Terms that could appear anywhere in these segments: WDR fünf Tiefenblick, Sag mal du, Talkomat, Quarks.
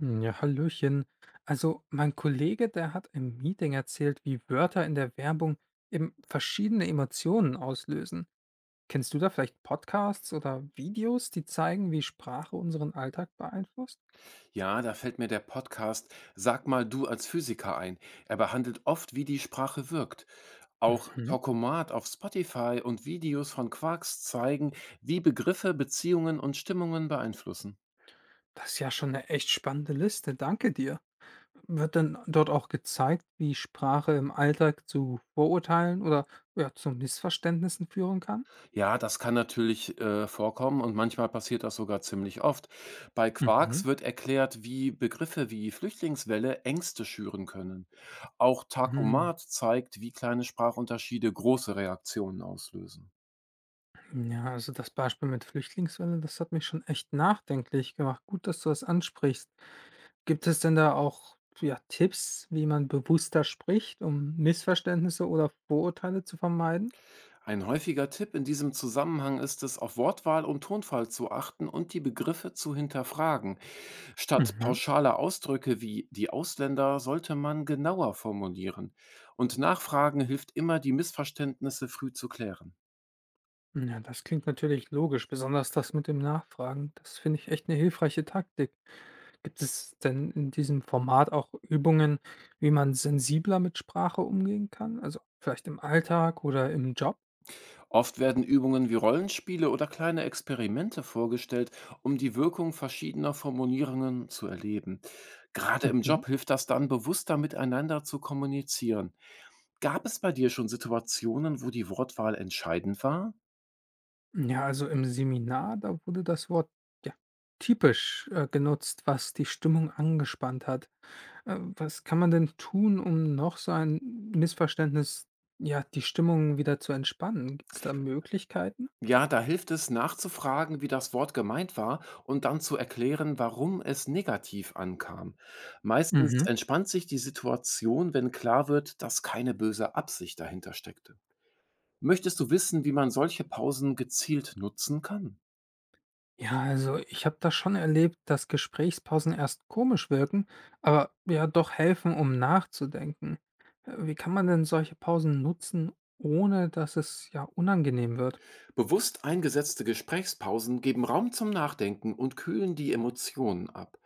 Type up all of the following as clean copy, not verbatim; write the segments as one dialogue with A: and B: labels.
A: Hm, ja, hallöchen. Also mein Kollege, der hat im Meeting erzählt, wie Wörter in der Werbung eben verschiedene Emotionen auslösen. Kennst du da vielleicht Podcasts oder Videos, die zeigen, wie Sprache unseren Alltag beeinflusst?
B: Ja, da fällt mir der Podcast Sag mal du als Physiker ein. Er behandelt oft, wie die Sprache wirkt. Auch
A: Mhm.
B: Talkomat auf Spotify und Videos von Quarks zeigen, wie Begriffe, Beziehungen und Stimmungen beeinflussen.
A: Das ist ja schon eine echt spannende Liste. Danke dir. Wird denn dort auch gezeigt, wie Sprache im Alltag zu Vorurteilen oder ja, zu Missverständnissen führen kann?
B: Ja, das kann natürlich vorkommen und manchmal passiert das sogar ziemlich oft. Bei Quarks
A: Mhm.
B: wird erklärt, wie Begriffe wie Flüchtlingswelle Ängste schüren können. Auch
A: Mhm.
B: Takomat zeigt, wie kleine Sprachunterschiede große Reaktionen auslösen.
A: Ja, also das Beispiel mit Flüchtlingswelle, das hat mich schon echt nachdenklich gemacht. Gut, dass du das ansprichst. Gibt es denn da auch ja, Tipps, wie man bewusster spricht, um Missverständnisse oder Vorurteile zu vermeiden?
B: Ein häufiger Tipp in diesem Zusammenhang ist es, auf Wortwahl und Tonfall zu achten und die Begriffe zu hinterfragen. Statt
A: Mhm.
B: pauschaler Ausdrücke wie die Ausländer sollte man genauer formulieren. Und Nachfragen hilft immer, die Missverständnisse früh zu klären.
A: Ja, das klingt natürlich logisch, besonders das mit dem Nachfragen. Das finde ich echt eine hilfreiche Taktik. Gibt es denn in diesem Format auch Übungen, wie man sensibler mit Sprache umgehen kann? Also vielleicht im Alltag oder im Job?
B: Oft werden Übungen wie Rollenspiele oder kleine Experimente vorgestellt, um die Wirkung verschiedener Formulierungen zu erleben. Gerade im
A: Mhm.
B: Job hilft das dann, bewusster miteinander zu kommunizieren. Gab es bei dir schon Situationen, wo die Wortwahl entscheidend war?
A: Ja, also im Seminar, da wurde das Wort ja, typisch genutzt, was die Stimmung angespannt hat. Was kann man denn tun, um noch so ein Missverständnis, ja, die Stimmung wieder zu entspannen? Gibt es da Möglichkeiten?
B: Ja, da hilft es nachzufragen, wie das Wort gemeint war und dann zu erklären, warum es negativ ankam. Meistens
A: Mhm.
B: entspannt sich die Situation, wenn klar wird, dass keine böse Absicht dahinter steckte. Möchtest du wissen, wie man solche Pausen gezielt nutzen kann?
A: Ja, also ich habe das schon erlebt, dass Gesprächspausen erst komisch wirken, aber ja doch helfen, um nachzudenken. Wie kann man denn solche Pausen nutzen, ohne dass es ja unangenehm wird?
B: Bewusst eingesetzte Gesprächspausen geben Raum zum Nachdenken und kühlen die Emotionen ab.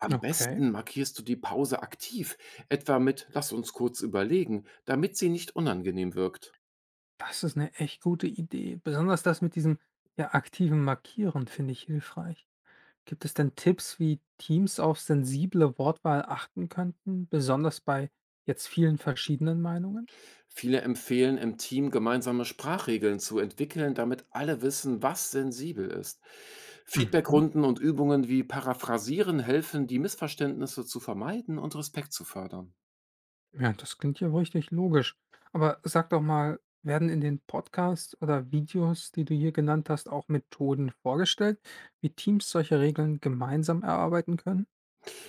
B: Am
A: Okay.
B: besten markierst du die Pause aktiv, etwa mit Lass uns kurz überlegen, damit sie nicht unangenehm wirkt.
A: Das ist eine echt gute Idee. Besonders das mit diesem, ja, aktiven Markieren finde ich hilfreich. Gibt es denn Tipps, wie Teams auf sensible Wortwahl achten könnten, besonders bei jetzt vielen verschiedenen Meinungen?
B: Viele empfehlen im Team gemeinsame Sprachregeln zu entwickeln, damit alle wissen, was sensibel ist.
A: Mhm.
B: Feedbackrunden und Übungen wie Paraphrasieren helfen, die Missverständnisse zu vermeiden und Respekt zu fördern.
A: Ja, das klingt ja richtig logisch. Aber sag doch mal, werden in den Podcasts oder Videos, die du hier genannt hast, auch Methoden vorgestellt, wie Teams solche Regeln gemeinsam erarbeiten können?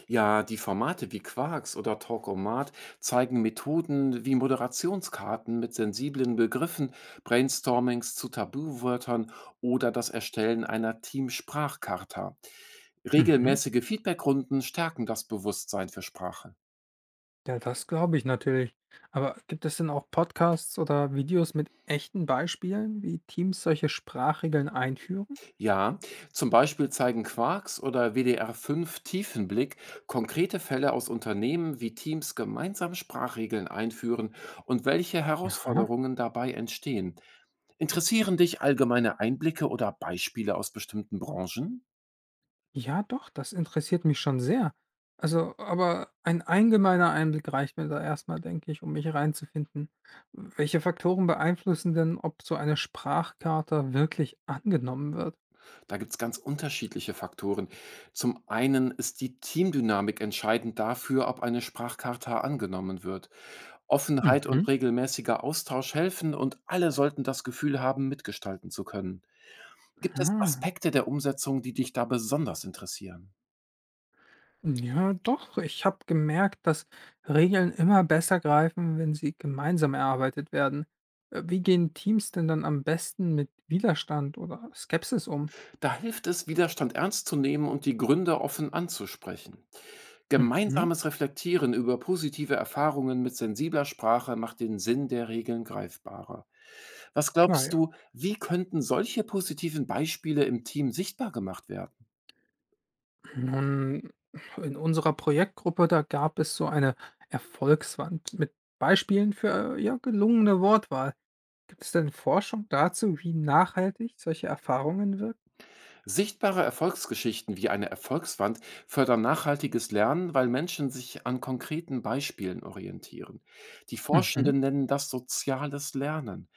B: Ja, die Formate wie Quarks oder Talkomat zeigen Methoden wie Moderationskarten mit sensiblen Begriffen, Brainstormings zu Tabuwörtern oder das Erstellen einer Teamsprachcharta.
A: Mhm.
B: Regelmäßige Feedbackrunden stärken das Bewusstsein für Sprache.
A: Ja, das glaube ich natürlich. Aber gibt es denn auch Podcasts oder Videos mit echten Beispielen, wie Teams solche Sprachregeln einführen?
B: Ja, zum Beispiel zeigen Quarks oder WDR 5 Tiefenblick konkrete Fälle aus Unternehmen, wie Teams gemeinsam Sprachregeln einführen und welche
A: Aha.
B: Herausforderungen dabei entstehen. Interessieren dich allgemeine Einblicke oder Beispiele aus bestimmten Branchen?
A: Ja, doch, das interessiert mich schon sehr. Also, aber ein allgemeiner Einblick reicht mir da erstmal, denke ich, um mich reinzufinden. Welche Faktoren beeinflussen denn, ob so eine Sprachkarte wirklich angenommen wird?
B: Da gibt es ganz unterschiedliche Faktoren. Zum einen ist die Teamdynamik entscheidend dafür, ob eine Sprachcharta angenommen wird. Offenheit und
A: Mhm.
B: regelmäßiger Austausch helfen und alle sollten das Gefühl haben, mitgestalten zu können. Gibt es
A: Ah.
B: Aspekte der Umsetzung, die dich da besonders interessieren?
A: Ja, doch. Ich habe gemerkt, dass Regeln immer besser greifen, wenn sie gemeinsam erarbeitet werden. Wie gehen Teams denn dann am besten mit Widerstand oder Skepsis um?
B: Da hilft es, Widerstand ernst zu nehmen und die Gründe offen anzusprechen.
A: Mhm,
B: Gemeinsames Reflektieren über positive Erfahrungen mit sensibler Sprache macht den Sinn der Regeln greifbarer. Was
A: klar,
B: glaubst
A: ja.
B: du, wie könnten solche positiven Beispiele im Team sichtbar gemacht werden?
A: Nun, in unserer Projektgruppe, da gab es so eine Erfolgswand mit Beispielen für ja, gelungene Wortwahl. Gibt es denn Forschung dazu, wie nachhaltig solche Erfahrungen wirken?
B: Sichtbare Erfolgsgeschichten wie eine Erfolgswand fördern nachhaltiges Lernen, weil Menschen sich an konkreten Beispielen orientieren. Die
A: Mhm.
B: Forschenden nennen das soziales Lernen.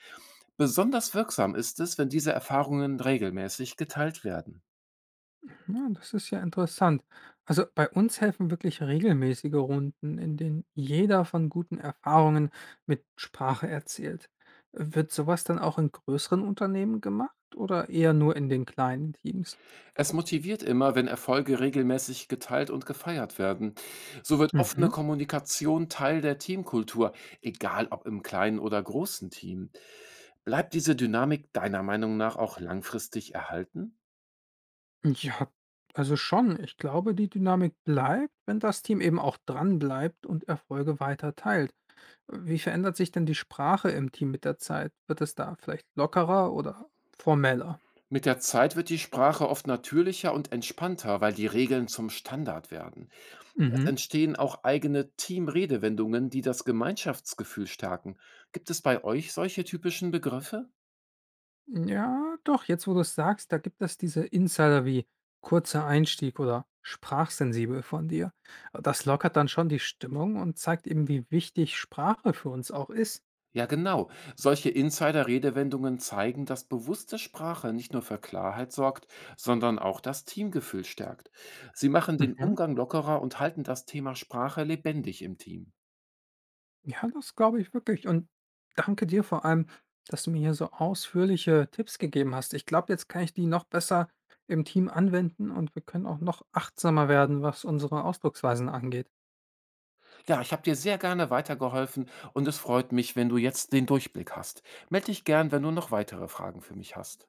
B: Besonders wirksam ist es, wenn diese Erfahrungen regelmäßig geteilt werden.
A: Ja, das ist ja interessant. Also bei uns helfen wirklich regelmäßige Runden, in denen jeder von guten Erfahrungen mit Sprache erzählt. Wird sowas dann auch in größeren Unternehmen gemacht oder eher nur in den kleinen Teams?
B: Es motiviert immer, wenn Erfolge regelmäßig geteilt und gefeiert werden. So wird offene
A: Mhm.
B: Kommunikation Teil der Teamkultur, egal ob im kleinen oder großen Team. Bleibt diese Dynamik deiner Meinung nach auch langfristig erhalten?
A: Ja, also schon. Ich glaube, die Dynamik bleibt, wenn das Team eben auch dran bleibt und Erfolge weiter teilt. Wie verändert sich denn die Sprache im Team mit der Zeit? Wird es da vielleicht lockerer oder formeller?
B: Mit der Zeit wird die Sprache oft natürlicher und entspannter, weil die Regeln zum Standard werden. Es
A: Mhm.
B: entstehen auch eigene Teamredewendungen, die das Gemeinschaftsgefühl stärken. Gibt es bei euch solche typischen Begriffe?
A: Ja, doch, jetzt wo du es sagst, da gibt es diese Insider wie kurzer Einstieg oder sprachsensibel von dir. Das lockert dann schon die Stimmung und zeigt eben, wie wichtig Sprache für uns auch ist.
B: Ja, genau. Solche Insider-Redewendungen zeigen, dass bewusste Sprache nicht nur für Klarheit sorgt, sondern auch das Teamgefühl stärkt. Sie machen den
A: Mhm.
B: Umgang lockerer und halten das Thema Sprache lebendig im Team.
A: Ja, das glaube ich wirklich. Und danke dir vor allem, dass du mir hier so ausführliche Tipps gegeben hast. Ich glaube, jetzt kann ich die noch besser im Team anwenden und wir können auch noch achtsamer werden, was unsere Ausdrucksweisen angeht.
B: Ja, ich habe dir sehr gerne weitergeholfen und es freut mich, wenn du jetzt den Durchblick hast. Meld dich gern, wenn du noch weitere Fragen für mich hast.